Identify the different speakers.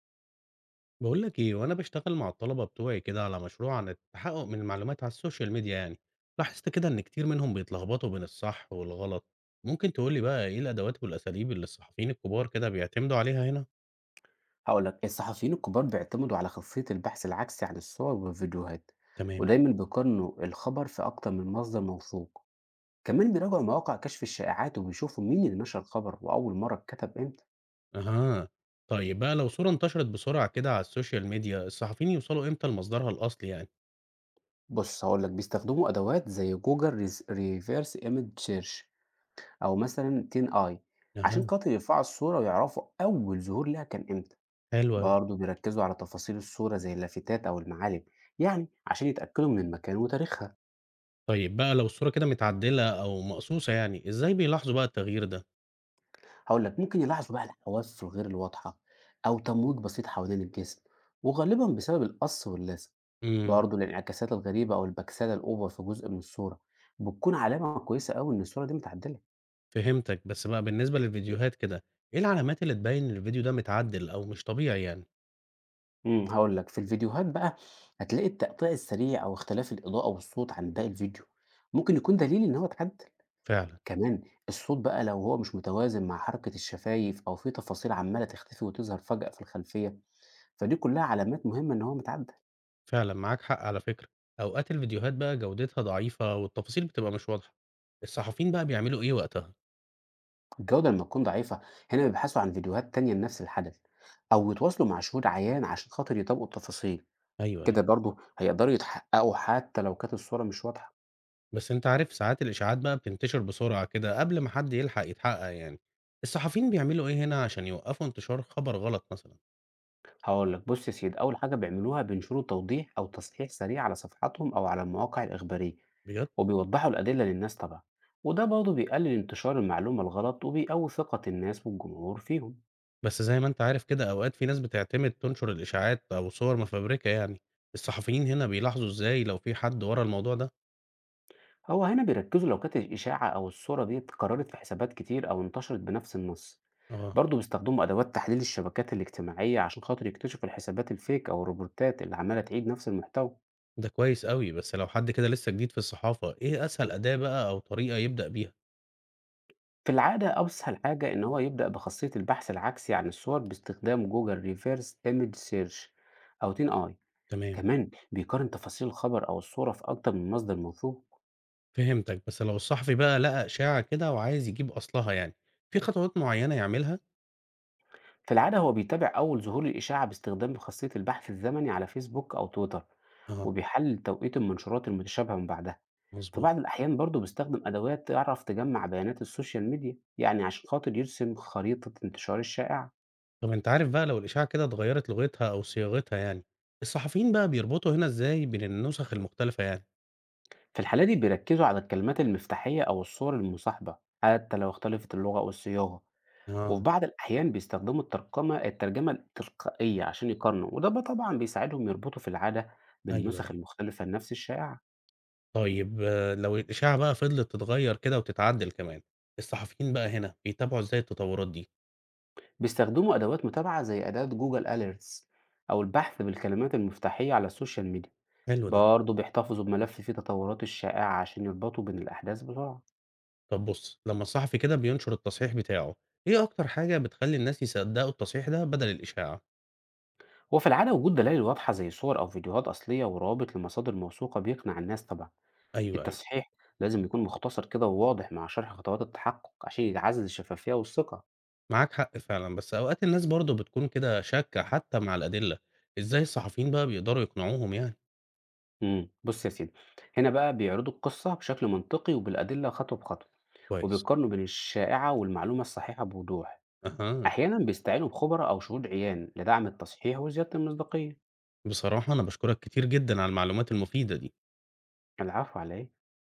Speaker 1: بقول لك ايه وانا بشتغل مع الطلبه بتوعي كده على مشروع عن التحقق من المعلومات على السوشيال ميديا يعني لاحظت كده ان كتير منهم بيتلخبطوا بين الصح والغلط. ممكن تقول لي بقى ايه الادوات والاساليب اللي الصحفيين الكبار كده بيعتمدوا عليها هنا؟
Speaker 2: هقول لك الصحفيين الكبار بيعتمدوا على خاصية البحث العكسي عن الصور والفيديوهات.
Speaker 1: تمام.
Speaker 2: ودايما بيقارنوا الخبر في أكتر من مصدر موثوق. كمان بيراجعوا مواقع كشف الشائعات وبيشوفوا مين اللي نشر الخبر وأول مرة اتكتب إمتى.
Speaker 1: اها. طيب بقى لو صوره انتشرت بسرعه كده على السوشيال ميديا الصحفيين يوصلوا امتى لمصدرها الاصلي يعني؟
Speaker 2: بص هقول لك بيستخدموا أدوات زي جوجل ريفيرس ايمج سيرش أو مثلا تين آي عشان
Speaker 1: اها.
Speaker 2: خاطر يرفعوا الصورة ويعرفوا أول ظهور لها كان إمتى.
Speaker 1: حلو قوي.
Speaker 2: برضه بيركزوا على تفاصيل الصورة زي اللافتات أو المعالم، يعني عشان يتأكدوا من المكان وتاريخها.
Speaker 1: طيب بقى لو الصوره كده متعدله او مقصوصه يعني ازاي بيلاحظوا بقى التغيير ده؟
Speaker 2: هاقول لك، ممكن يلاحظوا بقى الحواف الغير الواضحة أو تمويج بسيط حوالين الجسم، وغالبًا بسبب القص واللثة.
Speaker 1: إمم.
Speaker 2: برضه الانعكاسات الغريبة أو البكسلة الأوفر في جزء من الصورة بتكون علامة كويسة أوي إن الصورة دي متعدلة.
Speaker 1: فهمتك، بس بقى بالنسبة للفيديوهات كده، إيه العلامات اللي تبيّن إن الفيديو ده متعدِّل أو مش طبيعي يعني؟
Speaker 2: هاقول لك في الفيديوهات بقى هتلاقي التقطيع السريع أو اختلاف الإضاءة والصوت عن باقي الفيديو، ممكن يكون دليل إن هو اتعدل.
Speaker 1: فعلًا.
Speaker 2: كمان الصوت بقى لو هو مش متوازن مع حركة الشفايف أو في تفاصيل عمالة تختفي وتظهر فجأة في الخلفية، فدي كلها علامات مهمة إن هو متعدل.
Speaker 1: فعلًا معاك حق على فكرة، أوقات الفيديوهات بقى جودتها ضعيفة والتفاصيل بتبقى مش واضحة، الصحفيين بقى بيعملوا إيه وقتها؟
Speaker 2: الجودة لما تكون ضعيفة هنا بيبحثوا عن فيديوهات تانية لنفس الحدث أو يتواصلوا مع شهود عيان عشان خاطر يطبقوا التفاصيل.
Speaker 1: أيوه،
Speaker 2: كده
Speaker 1: أيوه.
Speaker 2: برضه هيقدروا يتحققوا حتى لو كانت الصورة مش واضحة.
Speaker 1: بس أنت عارف ساعات الإشاعات بقى بتنتشر بسرعة كده قبل ما حد يلحق يتحقق يعني، الصحفيين بيعملوا إيه هنا عشان يوقّفوا انتشار خبر غلط مثلًا؟
Speaker 2: هقول لك بص يا سيدي، أول حاجة بيعملوها بينشروا توضيح أو تصحيح سريع على صفحاتهم أو على المواقع الإخبارية
Speaker 1: بجد؟
Speaker 2: وبيوضحوا الأدلة للناس طبعا. وده برضه بيقلل انتشار المعلومة الغلط وبيقوي ثقة الناس والجمهور فيهم.
Speaker 1: بس زي ما أنت عارف كده أوقات في ناس بتعتمد تنشر الإشاعات أو صور مفبركة يعني، الصحفيين هنا بيلاحظوا إزاي لو في حد ورا الموضوع ده؟
Speaker 2: هو هنا بيركزوا لو كانت الإشاعة أو الصورة دي اتكررت في حسابات كتير أو انتشرت بنفس النص.
Speaker 1: آه.
Speaker 2: برضه بيستخدموا أدوات تحليل الشبكات الاجتماعية عشان خاطر يكتشفوا الحسابات الفيك أو الروبورتات اللي عمالة تعيد نفس المحتوى.
Speaker 1: ده كويس أوي، بس لو حد كده لسه جديد في الصحافة، إيه أسهل أداة بقى أو طريقة يبدأ بيها؟
Speaker 2: في العادة أسهل حاجة إن هو يبدأ بخاصية البحث العكسي عن الصور باستخدام جوجل ريفيرس ايمج سيرش أو تين آي.
Speaker 1: تمام.
Speaker 2: كمان بيقارن تفاصيل الخبر أو الصورة في أكتر من مصدر موثوق.
Speaker 1: فهمتك، بس لو الصحفي بقى لقى إشاعة كده وعايز يجيب أصلها يعني، في خطوات معينة يعملها؟
Speaker 2: في العادة هو بيتابع أول ظهور للإشاعة باستخدام خاصية البحث الزمني على فيسبوك أو تويتر،
Speaker 1: آه.
Speaker 2: وبيحلل توقيت المنشورات المتشابهة من بعدها. في
Speaker 1: مضبوط.
Speaker 2: بعض الأحيان برضه بيستخدم أدوات تعرف تجمع بيانات السوشيال ميديا يعني عشان خاطر يرسم خريطة انتشار الشائعة.
Speaker 1: طب أنت عارف بقى لو الإشاعة كده اتغيرت لغتها أو صياغتها يعني، الصحفيين بقى بيربطوا هنا إزاي بين النسخ المختلفة يعني؟
Speaker 2: في الحالة دي بيركزوا على الكلمات المفتاحية أو الصور المصاحبة حتى لو اختلفت اللغة أو الصياغة. وفي
Speaker 1: آه.
Speaker 2: بعض الأحيان بيستخدموا الترجمة التلقائية عشان يقارنوا، وده بقى طبعا بيساعدهم يربطوا في العادة
Speaker 1: أيوه
Speaker 2: بالنسخ
Speaker 1: أيوه.
Speaker 2: المختلفة لنفس الشائعة.
Speaker 1: طيب لو الإشاعة بقى فضلت تتغيّر كده وتتعدّل كمان، الصحفيين بقى هنا بيتابعوا إزاي التطورات دي؟
Speaker 2: بيستخدموا أدوات متابعة زي أداة جوجل أليرتس أو البحث بالكلمات المفتاحية على السوشيال ميديا.
Speaker 1: حلو ده.
Speaker 2: برضه بيحتفظوا بملف فيه التطورات الشائعة عشان يربطوا بين الأحداث بسرعة.
Speaker 1: طب بُص، لمّا الصحفي كده بينشر التصحيح بتاعه، إيه أكتر حاجة بتخلّي الناس يصدّقوا التصحيح ده بدل الإشاعة؟
Speaker 2: وفي العادة وجود دلائل واضحة زي صور أو فيديوهات أصلية ورابط لمصادر موثوقة بيقنع الناس طبعا.
Speaker 1: أيوه، أيوه.
Speaker 2: التصحيح لازم يكون مختصر كده وواضح مع شرح خطوات التحقق عشان يعزز الشفافية والثقة.
Speaker 1: معاك حق فعلًا، بس أوقات الناس برضه بتكون كده شاكة حتى مع الأدلة، إزاي الصحفيين بقى بيقدروا يقنعوهم يعني؟
Speaker 2: بص يا سيدي، هنا بقى بيعرضوا القصة بشكل منطقي وبالأدلة خطوة بخطوة،
Speaker 1: كويس.
Speaker 2: وبيقارنوا بين الشائعة والمعلومة الصحيحة بوضوح.
Speaker 1: أها.
Speaker 2: أحيانا بيستعينوا بخبراء أو شهود عيان لدعم التصحيح وزيادة المصداقية.
Speaker 1: بصراحة أنا باشكرك كتير جدًا على المعلومات المفيدة دي.
Speaker 2: العفو عليه.